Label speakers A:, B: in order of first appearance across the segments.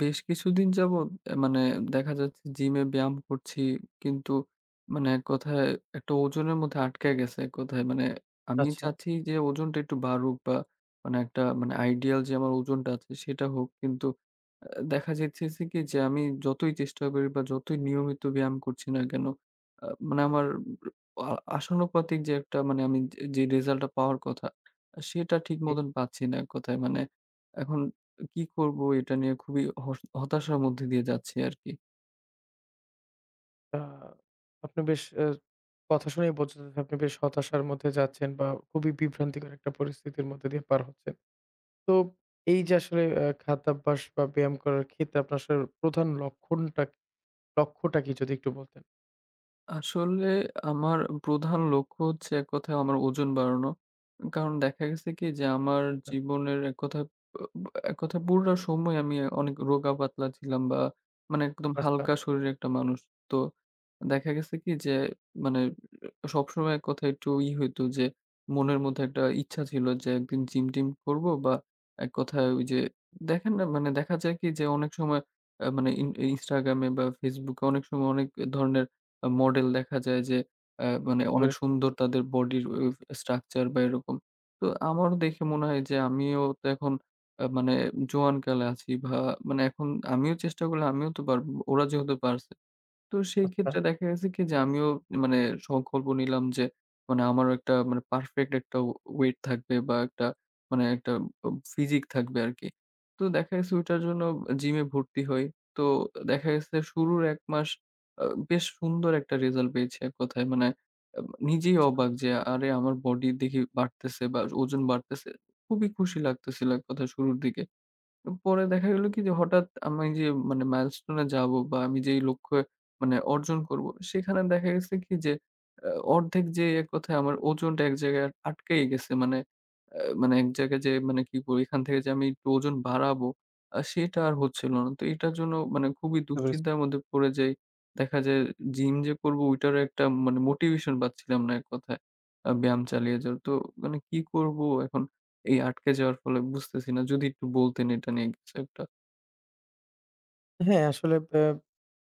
A: বেশ কিছুদিন যাবৎ মানে দেখা যাচ্ছে জিমে ব্যায়াম করছি। কিন্তু মানে এক কথায় একটা ওজনের মধ্যে আটকায় গেছে এক কথায়। মানে আমি
B: আচ্ছা,
A: চাচ্ছি যে ওজনটা একটু বাড়ুক বা মানে একটা মানে আইডিয়াল যে আমার ওজনটা আছে সেটা হোক। কিন্তু দেখা যাইতেছে কি যে আমি যতই চেষ্টা করি বা যতই নিয়মিত ব্যায়াম করছি না কেন, মানে আমার আ আশানুপাতিক যে একটা মানে আমি যে রেজাল্টটা পাওয়ার কথা, সেটা ঠিক
B: জি।
A: মতন পাচ্ছি না এক কথায়। মানে এখন কি করব এটা নিয়ে খুবই হতাশার মধ্যে দিয়ে যাচ্ছি আরকি।
B: আ আপনি বেশ কথা শুনেই বোঝা যাচ্ছে আপনি বেশ হতাশার মধ্যে যাচ্ছেন বা খুবই বিভ্রান্তিকর একটা পরিস্থিতির মধ্যে দিয়ে পার হচ্ছেন। তো এই যে আসলে খাদ্যাভ্যাস বা ব্যায়াম করার ক্ষেত্রে আপনার আসলে প্রধান লক্ষণটা লক্ষ্যটা কি যদি একটু বলতেন?
A: আসলে আমার প্রধান লক্ষ্য হচ্ছে এক কথায় আমার ওজন বাড়ানো। কারণ দেখা গেছে কি যে আমার
B: হ্যাঁ,
A: জীবনের এক কথায় ব এক কথায় পুরোটা সময় আমি অনেক রোগা-পাতলা ছিলাম বা মানে একদম
B: আচ্ছা
A: হালকা শরীরের একটা মানুষ। তো দেখা গেছে কি যে মানে সবসময় এক কথায় একটু ই হইতো যে মনের মধ্যে একটা ইচ্ছা ছিল, যে একদিন জিম-টিম করব বা এক কথায় ওই যে দেখেন না, মানে দেখা যায় কি যে অনেক সময় মানে Instagram এ বা Facebook এ অনেক সময় অনেক ধরনের মডেল দেখা যায় যে মানে
B: বুঝতে
A: অনেক
B: পেরেছি।
A: সুন্দর তাদের বডির স্ট্রাকচার বা এরকম। তো আমারও দেখে মনে হয় যে আমিও তো এখন মানে জোয়ান কালে আছি বা মানে এখন আমিও চেষ্টা করলে আমিও তো পারব। ওরা যেহেতু পারছে। তো সেই
B: আচ্ছা,
A: ক্ষেত্রে দেখা গেছে কি যে আমিও মানে সংকল্প নিলাম যে মানে আমারও একটা মানে পারফেক্ট একটা ওয়েট থাকবে বা একটা মানে একটা ফিজিক থাকবে আরকি। তো দেখা গেছে ওইটার জন্য জিমে ভর্তি হই। তো দেখা গেছে শুরুর ১ মাস বেশ সুন্দর একটা রেজাল্ট পেয়েছি এক কথায়। মানে আ নিজেই অবাক যে আরে, আমার বডি দেখি বাড়তেছে বা ওজন বাড়তেছে। খুবই খুশি লাগতেছিল এক কথায় শুরুর দিকে। পরে দেখা গেল কি যে হঠাৎ আমি যে মানে milestone এ যাবো বা আমি যেই লক্ষ্যে মানে অর্জন করব, সেখানে দেখা গেছে কি যে আ অর্ধেক যে এক কথায় আমার ওজনটা এক জায়গায় আটকেই গেছে। মানে মানে এক জায়গায় যে মানে কি বলি, এখান থেকে যে আমি একটু ওজন বাড়াবো সেটা আর হচ্ছিল না। তো এটার জন্য মানে খুবই
B: আচ্ছা বুঝতে পেরেছি।
A: দুশ্চিন্তার মধ্যে পড়ে যাই। দেখা যায় জিম যে করব ওইটারও একটা মানে মোটিভেশন পাচ্ছিলাম না এক কথায় ব্যায়াম চালিয়ে যাওয়ার। তো মানে কি করব এখন এই আটকে যাওয়ার ফলে বুঝতেছি না। যদি একটু বলতেন এটা নিয়ে কিছু একটা।
B: হ্যাঁ, আসলে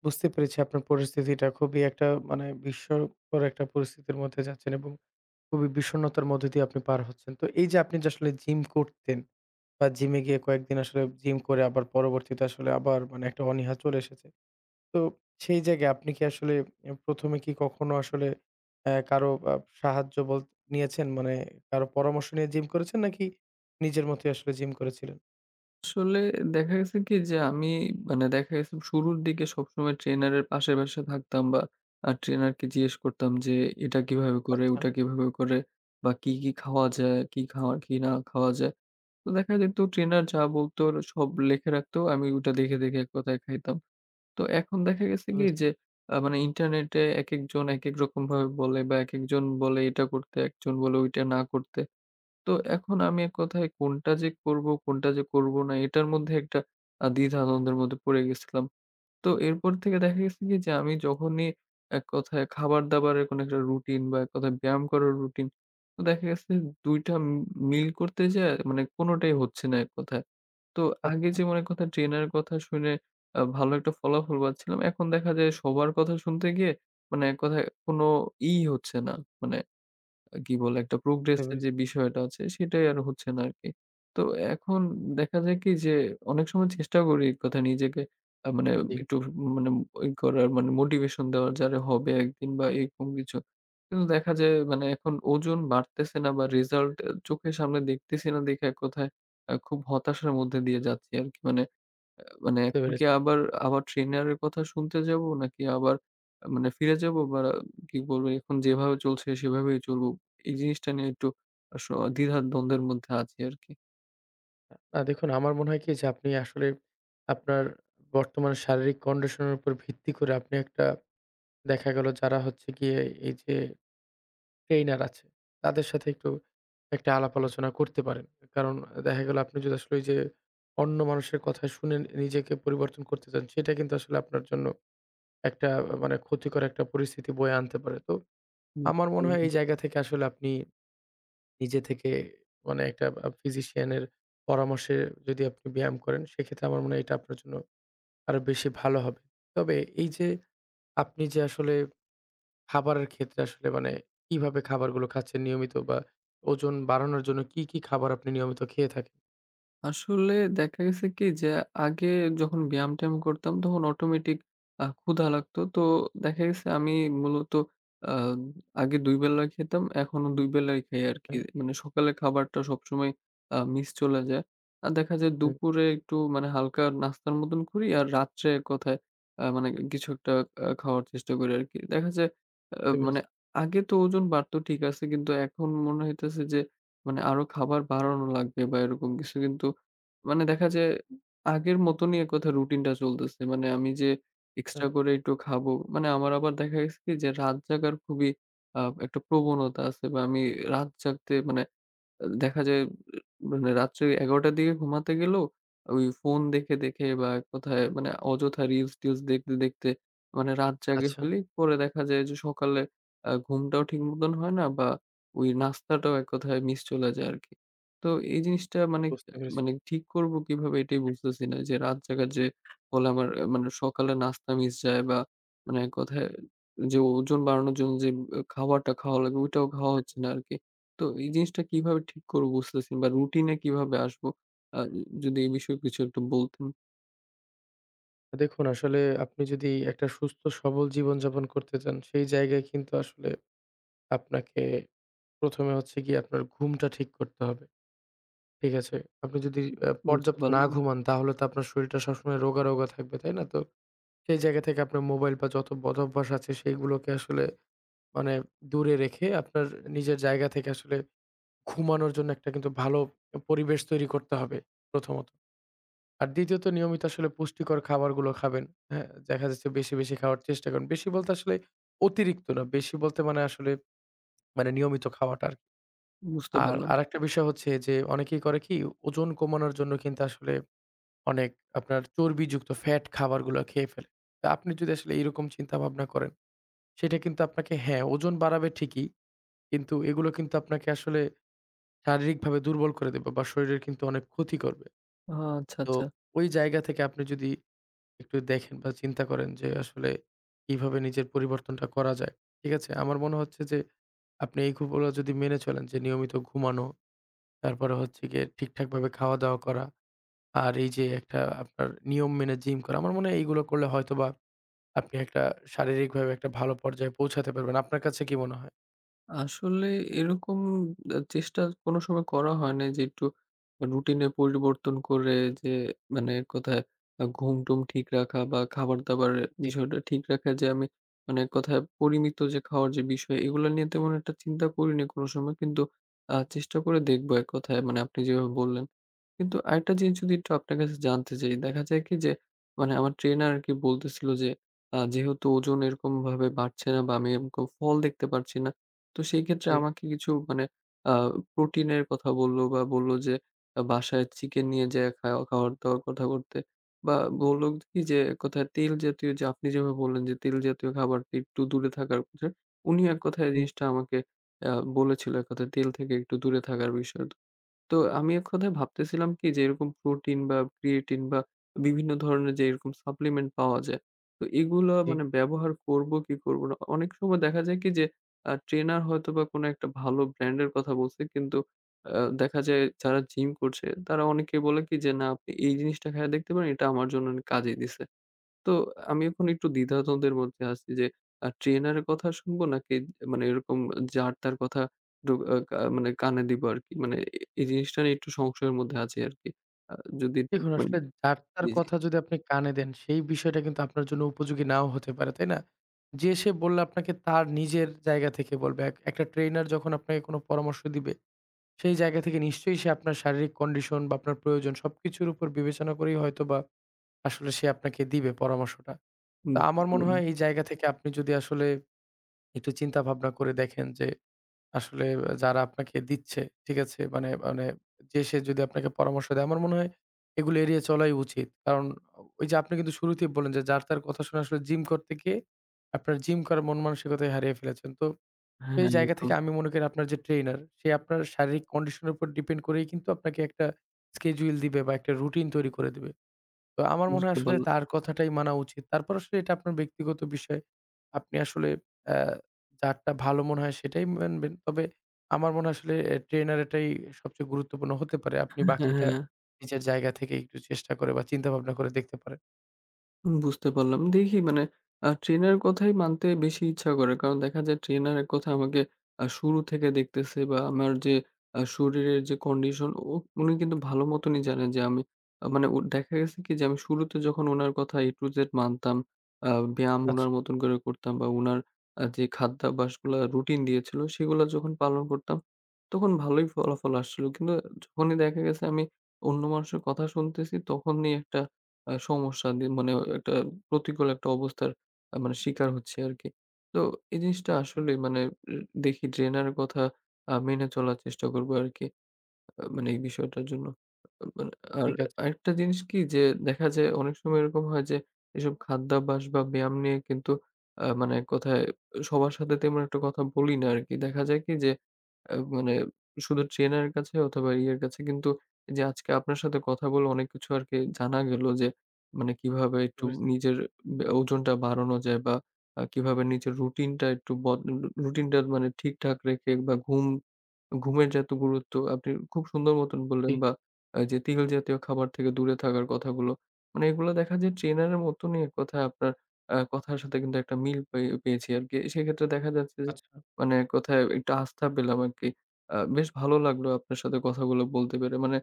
B: বুঝতে পেরেছি আপনার পরিস্থিতিটা খুবই একটা মানে বিস্ময়কর একটা পরিস্থিতির মধ্যে যাচ্ছেন এবং খুবই বিষণ্ণতার মধ্য দিয়ে আপনি পার হচ্ছেন। তো এই যে আপনি যে আসলে জিম করতেন বা জিমে গিয়ে কয়েকদিন আসলে জিম করে আবার পরবর্তীতে আসলে আবার মানে একটা অনীহা চলে এসেছে। তো সেই জায়গায় আপনি কি আসলে ১ম এ কি কখনো আসলে কারো সাহায্য নিয়েছেন? মানে কারো পরামর্শ নিয়ে জিম করেছেন নাকি নিজের মতোই আসলে জিম করেছিলেন?
A: আসলে দেখা গেছে কি যে আমি মানে দেখা গেছে শুরুর দিকে সবসময় ট্রেনারের আশেপাশে থাকতাম বা ট্রেনারকে জিজ্ঞেস করতাম যে এটা কিভাবে করে,
B: আচ্ছা,
A: ওটা কিভাবে করে বা কি, কি খাওয়া যায়, কি খাওয়া কি না খাওয়া যায়। তো দেখা যেত ট্রেনার যা বলতো সব লিখে রাখতো। আমি ওটা দেখে, দেখে এক কথায় খাইতাম। তো এখন দেখা
B: বুঝতে
A: গেছে কি
B: পেরেছি।
A: যে মানে ইন্টারনেটে একেকজন একেক রকমভাবে বলে বা একেকজন বলে এটা করতে, একজন বলে ওইটা না করতে। তো এখন আমি এক কথায় কোনটা যে করব, কোনটা যে করব না এটার মধ্যে একটা দ্বিধা-দ্বন্দ্বের মধ্যে পড়ে গেছিলাম। তো এরপর থেকে দেখা গেছে কি যে আমি যখনই এক কথায় খাবার-দাবারের কোনো একটা রুটিন বা এক কথায় ব্যায়াম করার রুটিন, তো দেখা গেছে ২ টা মিল করতে যেয়ে মানে কোনটাই হচ্ছে না এক কথায়। তো আগে
B: আচ্ছা,
A: যেমন এক কথায় ট্রেনারের কথা শুনে ভালো একটা ফলাফল পাচ্ছিলাম। এখন দেখা যায় সবার কথা শুনতে গিয়ে মানে এক কথায় কোনো ই হচ্ছে না। মানে কি বলে একটা
B: বুঝতে
A: প্রোগ্রেস এর যে
B: পেরেছি।
A: বিষয়টা আছে সেটাই আর হচ্ছে না আরকি। তো এখন দেখা যায় কি যে অনেক সময় চেষ্টা করি এক কথায় নিজেকে মানে
B: জি,
A: একটু মানে ই করার মানে মোটিভেশন দেওয়ার, যারে হবে একদিন বা এরকম কিছু। কিন্তু দেখা যায় মানে এখন ওজন বাড়তেছে না বা রেজাল্ট চোখের সামনে দেখতেছি না দেখে এক কথায় খুব হতাশার মধ্যে দিয়ে যাচ্ছি আরকি। মানে মানে
B: বুঝতে
A: এখন কি
B: পেরেছি।
A: আবার আবার ট্রেনারের কথা শুনতে যাব? নাকি আবার মানে ফিরে যাব বা কি বলবো, এখন যেভাবে চলছে সেভাবেই চলব? এই জিনিসটা নিয়ে একটু আস দ্বিধা দ্বন্দ্বের মধ্যে আছি আরকি।
B: না দেখুন আমার মনে হয় কি যে আপনি আসলে আপনার বর্তমান শারীরিক কন্ডিশন এর উপর ভিত্তি করে আপনি একটা দেখা গেল যারা হচ্ছে গিয়ে এই যে ট্রেইনার আছে। তাদের সাথে একটু একটা আলাপ আলোচনা করতে পারেন। কারণ দেখা গেল আপনি যদি আসলে ওই যে অন্য মানুষের কথা শুনে নিজেকে পরিবর্তন করতে চান, সেটা কিন্তু আসলে আপনার জন্য একটা মানে ক্ষতিকর একটা পরিস্থিতি বয়ে আনতে পারে। তো
A: বুঝতে
B: আমার মনে হয়
A: পারলাম।
B: এই জায়গা থেকে আসলে আপনি নিজে থেকে মানে একটা ফিজিশিয়ান এর পরামর্শে যদি আপনি ব্যায়াম করেন, সেক্ষেত্রে আমার মনে হয় এটা আপনার জন্য আরো বেশি ভালো হবে। তবে এই যে আপনি যে আসলে খাবারের ক্ষেত্রে আসলে মানে কিভাবে খাবারগুলো খাচ্ছেন নিয়মিত বা ওজন বাড়ানোর জন্য কি, কি খাবার আপনি নিয়মিত খেয়ে থাকেন?
A: আসলে দেখা গেছে কি যে আগে যখন ব্যায়াম-ট্যায়াম করতাম তখন অটোমেটিক ক্ষুধা লাগতো। তো দেখা গেছে আমি মূলত আ আগে ২ বেলা খেতাম, এখনো ২ বেলাই খাই আরকি।
B: হ্যাঁ,
A: মানে সকালের খাবারটা সবসময় মিস চলে যায়। আর দেখা যায়
B: হ্যাঁ,
A: দুপুরে একটু মানে হালকা নাস্তার মতন করি, আর রাত্রে এক কথায় মানে কিছু একটা খাওয়ার চেষ্টা করি আরকি। দেখা যায় আ
B: বুঝতে
A: মানে
B: পেরেছি।
A: আগে তো ওজন বাড়তো, ঠিক আছে। কিন্তু এখন মনে হইতেছে যে মানে আরো খাবার বাড়ানো লাগবে বা এরকম কিছু। কিন্তু মানে দেখা যায় আগের মতনই এককথায় রুটিনটা চলতেছে। মানে আমি যে
B: আচ্ছা,
A: এক্সট্রা করে একটু খাবো, মানে আমার আবার দেখা গেছে কি যে রাত জাগার খুবই আ একটা প্রবণতা আছে বা আমি রাত জাগতে মানে দেখা যায় মানে রাত্রে ১১টার দিকে ঘুমাতে গেলেও ওই ফোন দেখে, দেখে বা এক কথায় মানে অযথা রিলস-টিলস দেখতে, দেখতে মানে রাত জাগিয়ে
B: আচ্ছা,
A: ফেলি। পরে দেখা যায় যে সকালে ঘুমটাও ঠিক মতন হয় না বা ওই নাস্তাটাও এক কথায় মিস চলে যায় আরকি। তো এই জিনিসটা মানে
B: বুঝতে পেরেছি।
A: মানে ঠিক করব কিভাবে, এটাই বুঝতেছি না। যে রাত জাগার যে ফলে আমার মানে সকালে নাস্তা মিস যায় বা মানে এক কথায় যে ওজন বাড়ানোর জন্য যে খাবারটা খাওয়া লাগে, ওইটাও খাওয়া হচ্ছে না আরকি। তো এই জিনিসটা কিভাবে ঠিক করব বুঝতেছি না, বা রুটিন এ কিভাবে আসবো? আ যদি এই বিষয়ে কিছু একটু বলতেন।
B: দেখুন আসলে আপনি যদি একটা সুস্থ সবল জীবনযাপন করতে চান, সেই জায়গায় কিন্তু আসলে আপনাকে ১ম এ হচ্ছে গিয়ে আপনার ঘুমটা ঠিক করতে হবে। ঠিক আছে? আপনি যদি
A: বুঝতে
B: পর্যাপ্ত
A: পারলাম,
B: না ঘুমান তাহলে তো আপনার শরীরটা সবসময় রোগা, রোগা থাকবে, তাই না? তো সেই জায়গা থেকে আপনার মোবাইল বা যত বদভ্যাস আছে সেইগুলোকে আসলে মানে দূরে রেখে আপনার নিজের জায়গা থেকে আসলে ঘুমানোর জন্য একটা কিন্তু ভালো পরিবেশ তৈরি করতে হবে প্রথমত। আর দ্বিতীয়ত নিয়মিত আসলে পুষ্টিকর খাবারগুলো খাবেন। হ্যাঁ? দেখা যাচ্ছে বেশি, বেশি খাওয়ার চেষ্টা করুন। বেশি বলতে আসলে অতিরিক্ত না। বেশি বলতে মানে আসলে মানে নিয়মিত খাওয়াটা আরকি।
A: বুঝতে
B: আর
A: পারলাম।
B: আরেকটা বিষয় হচ্ছে যে অনেকেই করে কি ওজন কমানোর জন্য কিন্তু আসলে অনেক আপনার চর্বিযুক্ত ফ্যাট খাবারগুলো খেয়ে ফেলে। তা আপনি যদি আসলে এরকম চিন্তা ভাবনা করেন সেটা কিন্তু আপনাকে হ্যাঁ, ওজন বাড়াবে ঠিকই। কিন্তু এগুলো কিন্তু আপনাকে আসলে শারীরিকভাবে দুর্বল করে দেবে বা শরীরের কিন্তু অনেক ক্ষতি করবে।
A: আচ্ছা,
B: তো
A: আচ্ছা।
B: ওই জায়গা থেকে আপনি যদি একটু দেখেন বা চিন্তা করেন যে আসলে কিভাবে নিজের পরিবর্তনটা করা যায়। ঠিক আছে? আমার মনে হচ্ছে যে আপনি এইগুলো যদি মেনে চলেন যে নিয়মিত ঘুমানো, তারপরে হচ্ছে গিয়ে ঠিকঠাকভাবে খাওয়া-দাওয়া করা, আর এই যে একটা আপনার নিয়ম মেনে জিম করা। আমার মনে হয় এইগুলো করলে হয়তোবা আপনি একটা শারীরিকভাবে একটা ভালো পর্যায়ে পৌঁছাতে পারবেন। আপনার কাছে কি মনে হয়?
A: আসলে এরকম চেষ্টা কোনো সময় করা হয় নাই যে একটু রুটিনে পরিবর্তন করে যে মানে এক কথায় ঘুম-টুম ঠিক রাখা বা খাবার-দাবারের
B: জি,
A: বিষয়টা ঠিক রাখা, যে আমি মানে এক কথায় পরিমিত যে খাওয়ার যে বিষয়, এগুলা নিয়ে তেমন একটা চিন্তা করিনি কোনো সময়। কিন্তু চেষ্টা করে দেখবো এক কথায় মানে আপনি যেভাবে বললেন। কিন্তু আরেকটা জিনিস যদি একটু আপনার কাছে জানতে চাই। দেখা যায় কি যে মানে আমার ট্রেনার আরকি বলতেছিল যে যেহেতু ওজন এরকমভাবে বাড়ছে না বা আমি এরকম ফল দেখতে পারছি না, তো সেই ক্ষেত্রে
B: জি।
A: আমাকে কিছু মানে আ প্রোটিনের কথা বলল, বা বলল যে বাসায় চিকেন নিয়ে যেয়ে খাওয়ার-দাওয়ার কথা করতে, বা বলল কি যে কোথায় তেল জাতীয় যে আপনি যেভাবে বললেন যে তেল জাতীয় খাবার থেকে একটু দূরে থাকার কথা। উনি এক কথায় এই
B: হুম,
A: জিনিসটা আমাকে আ বলেছিল এক কথায়, তেল থেকে একটু দূরে থাকার বিষয়। তো আমি এক কথায় ভাবতেছিলাম কি যে এরকম প্রোটিন বা ক্রিয়েটিন বা বিভিন্ন ধরনের যে এরকম সাপ্লিমেন্ট পাওয়া যায়। তো এগুলা
B: জি।
A: মানে ব্যবহার করব কি করব না? অনেক সময় দেখা যায় কি যে ট্রেনার হয়তোবা কোনো একটা ভালো ব্র্যান্ড এর কথা বলছে, কিন্তু দেখা যায় যারা জিম করছে তারা অনেকে বলে কি যে, "না, আপনি এই জিনিসটা খাইয়া দেখতে পারেন, এটা আমার জন্য অনেক কাজে দিছে।" তো আমি এখন একটু দ্বিধাদ্বন্দ্বের মধ্যে আছি যে ট্রেনারের কথা শুনবো নাকি মানে এরকম যার তার কথা ডু আ কা মানে কানে দিব আরকি। মানে এই জিনিসটা নিয়ে একটু সংশয়ের মধ্যে আছি আরকি। আ যদি একটু
B: দেখুন,
A: মানে।
B: আসলে যার তার
A: জি, জি।
B: কথা যদি আপনি কানে দেন, সেই বিষয়টা কিন্তু আপনার জন্য উপযোগী নাও হতে পারে, তাই না? যে সে বললে আপনাকে তার নিজের জায়গা থেকে বলবে। এক একটা ট্রেনার যখন আপনাকে কোনো পরামর্শ দিবে, সেই জায়গা থেকে নিশ্চয়ই সে আপনার শারীরিক কন্ডিশন বা আপনার প্রয়োজন সবকিছুর উপর বিবেচনা করেই হয়তোবা আসলে সে আপনাকে দিবে পরামর্শটা। তো
A: বুঝতে
B: আমার মনে
A: পারলাম।
B: হয় এই জায়গা থেকে আপনি যদি আসলে একটু চিন্তা ভাবনা করে দেখেন যে আসলে যারা আপনাকে দিচ্ছে, ঠিক আছে? মানে মানে যে সে যদি আপনাকে পরামর্শ দেয়, আমার মনে হয় এগুলো এড়িয়ে চলাই উচিত। কারণ ওই যে আপনি কিন্তু শুরুতেই বললেন যে যার তার কথা শুনে আসলে জিম করতে গিয়ে আপনার জিম করার মন মানসিকতাই হারিয়ে ফেলেছেন। তো
A: হ্যাঁ,
B: সেই জায়গা
A: একদম।
B: থেকে আমি মনে করি আপনার যে ট্রেইনার, সে আপনার শারীরিক কন্ডিশন এর উপর ডিপেন্ড করেই কিন্তু আপনাকে একটা স্কেডিউল দিবে বা একটা রুটিন তৈরি করে দিবে। তো আমার মনে হয়
A: বুঝতে
B: আসলে
A: পারলাম।
B: তার কথাটাই মানা উচিত। তারপর আসলে এটা আপনার ব্যক্তিগত বিষয়। আপনি আসলে অ্যা যারটা ভালো মনে হয় সেটাই মানবেন। তবে আমার মনে হয় আসলে এ ট্রেনার এটাই সবচেয়ে গুরুত্বপূর্ণ হতে পারে। আপনি
A: হ্যাঁ, হ্যাঁ,
B: বাকিটা
A: হ্যাঁ।
B: নিজের জায়গা থেকে একটু চেষ্টা করে বা চিন্তা ভাবনা করে দেখতে পারেন।
A: হুম, বুঝতে পারলাম। দেখি মানে ট্রেনার কথাই মানতে বেশি ইচ্ছা করে। কারণ দেখা যায় ট্রেনার এক কথায় আমাকে শুরু থেকে দেখতেছে বা আমার যে শরীরের যে কন্ডিশন, ও উনি কিন্তু ভালো মতনই জানেন যে আমি মানে ও দেখা গেছে কি যে আমি শুরুতে যখন উনার কথা A to Z মানতাম, আ ব্যায়াম
B: আচ্ছা,
A: উনার মতন করে করতাম বা উনার যে খাদ্যাভ্যাসগুলা রুটিন দিয়েছিল সেগুলা যখন পালন করতাম, তখন ভালোই ফলাফল আসছিল। কিন্তু যখনই দেখা গেছে আমি অন্য মানুষের কথা শুনতেছি, তখনই একটা সমস্যা মানে একটা প্রতিকূল একটা অবস্থার মানে শিকার হচ্ছি আরকি। তো এই জিনিসটা আসলেই মানে এ দেখি ট্রেনারের কথা মেনে চলার চেষ্টা করব আরকি। মানে এই বিষয়টার জন্য। মানে আর
B: ঠিক আছে।
A: আরেকটা জিনিস কি যে দেখা যায় অনেক সময় এরকম হয় যে এসব খাদ্যাভ্যাস বা ব্যায়াম নিয়ে কিন্তু মানে এক কথায় সবার সাথে তেমন একটা কথা বলি না আরকি। দেখা যায় কি যে মানে শুধু ট্রেনারের কাছে অথবা ইয়ের কাছে, কিন্তু যে আজকে আপনার সাথে কথা বলে অনেক কিছু আরকি জানা গেল, যে মানে কিভাবে
B: বুঝতে
A: একটু
B: পেরেছি।
A: নিজের ওজনটা বাড়ানো যায় বা কিভাবে নিজের রুটিনটা একটু রুটিনটা মানে ঠিকঠাক রেখে বা ঘুমের যে এত গুরুত্ব আপনি খুব সুন্দর মতন বললেন,
B: জি,
A: বা যে তেল জাতীয় খাবার থেকে দূরে থাকার কথাগুলো। মানে এগুলো দেখা যায় ট্রেনারের মতনই এক কথায় আপনার কথার সাথে কিন্তু একটা মিল পেয়েছি আরকি। সেক্ষেত্রে দেখা যাচ্ছে যে
B: আচ্ছা।
A: মানে এক কথায় একটু আস্থা পেলাম আরকি। বেশ ভালো লাগলো আপনার সাথে কথাগুলো বলতে পেরে। মানে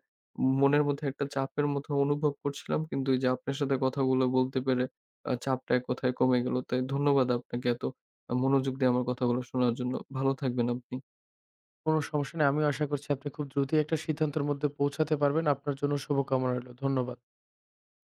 A: মনের মধ্যে একটা চাপের মতো অনুভব করছিলাম, কিন্তু এই যে আপনার সাথে কথাগুলো বলতে পেরে চাপটা এক কথায় কমে গেল। তাই ধন্যবাদ আপনাকে এত মনোযোগ দিয়ে আমার কথাগুলো শোনার জন্য। ভালো থাকবেন আপনি।
B: কোন সমস্যা নেই। আমিও আশা করছি আপনি খুব দ্রুতই একটা সিদ্ধান্তের মধ্যে পৌঁছাতে পারবেন। আপনার জন্য শুভকামনা রইলো। ধন্যবাদ।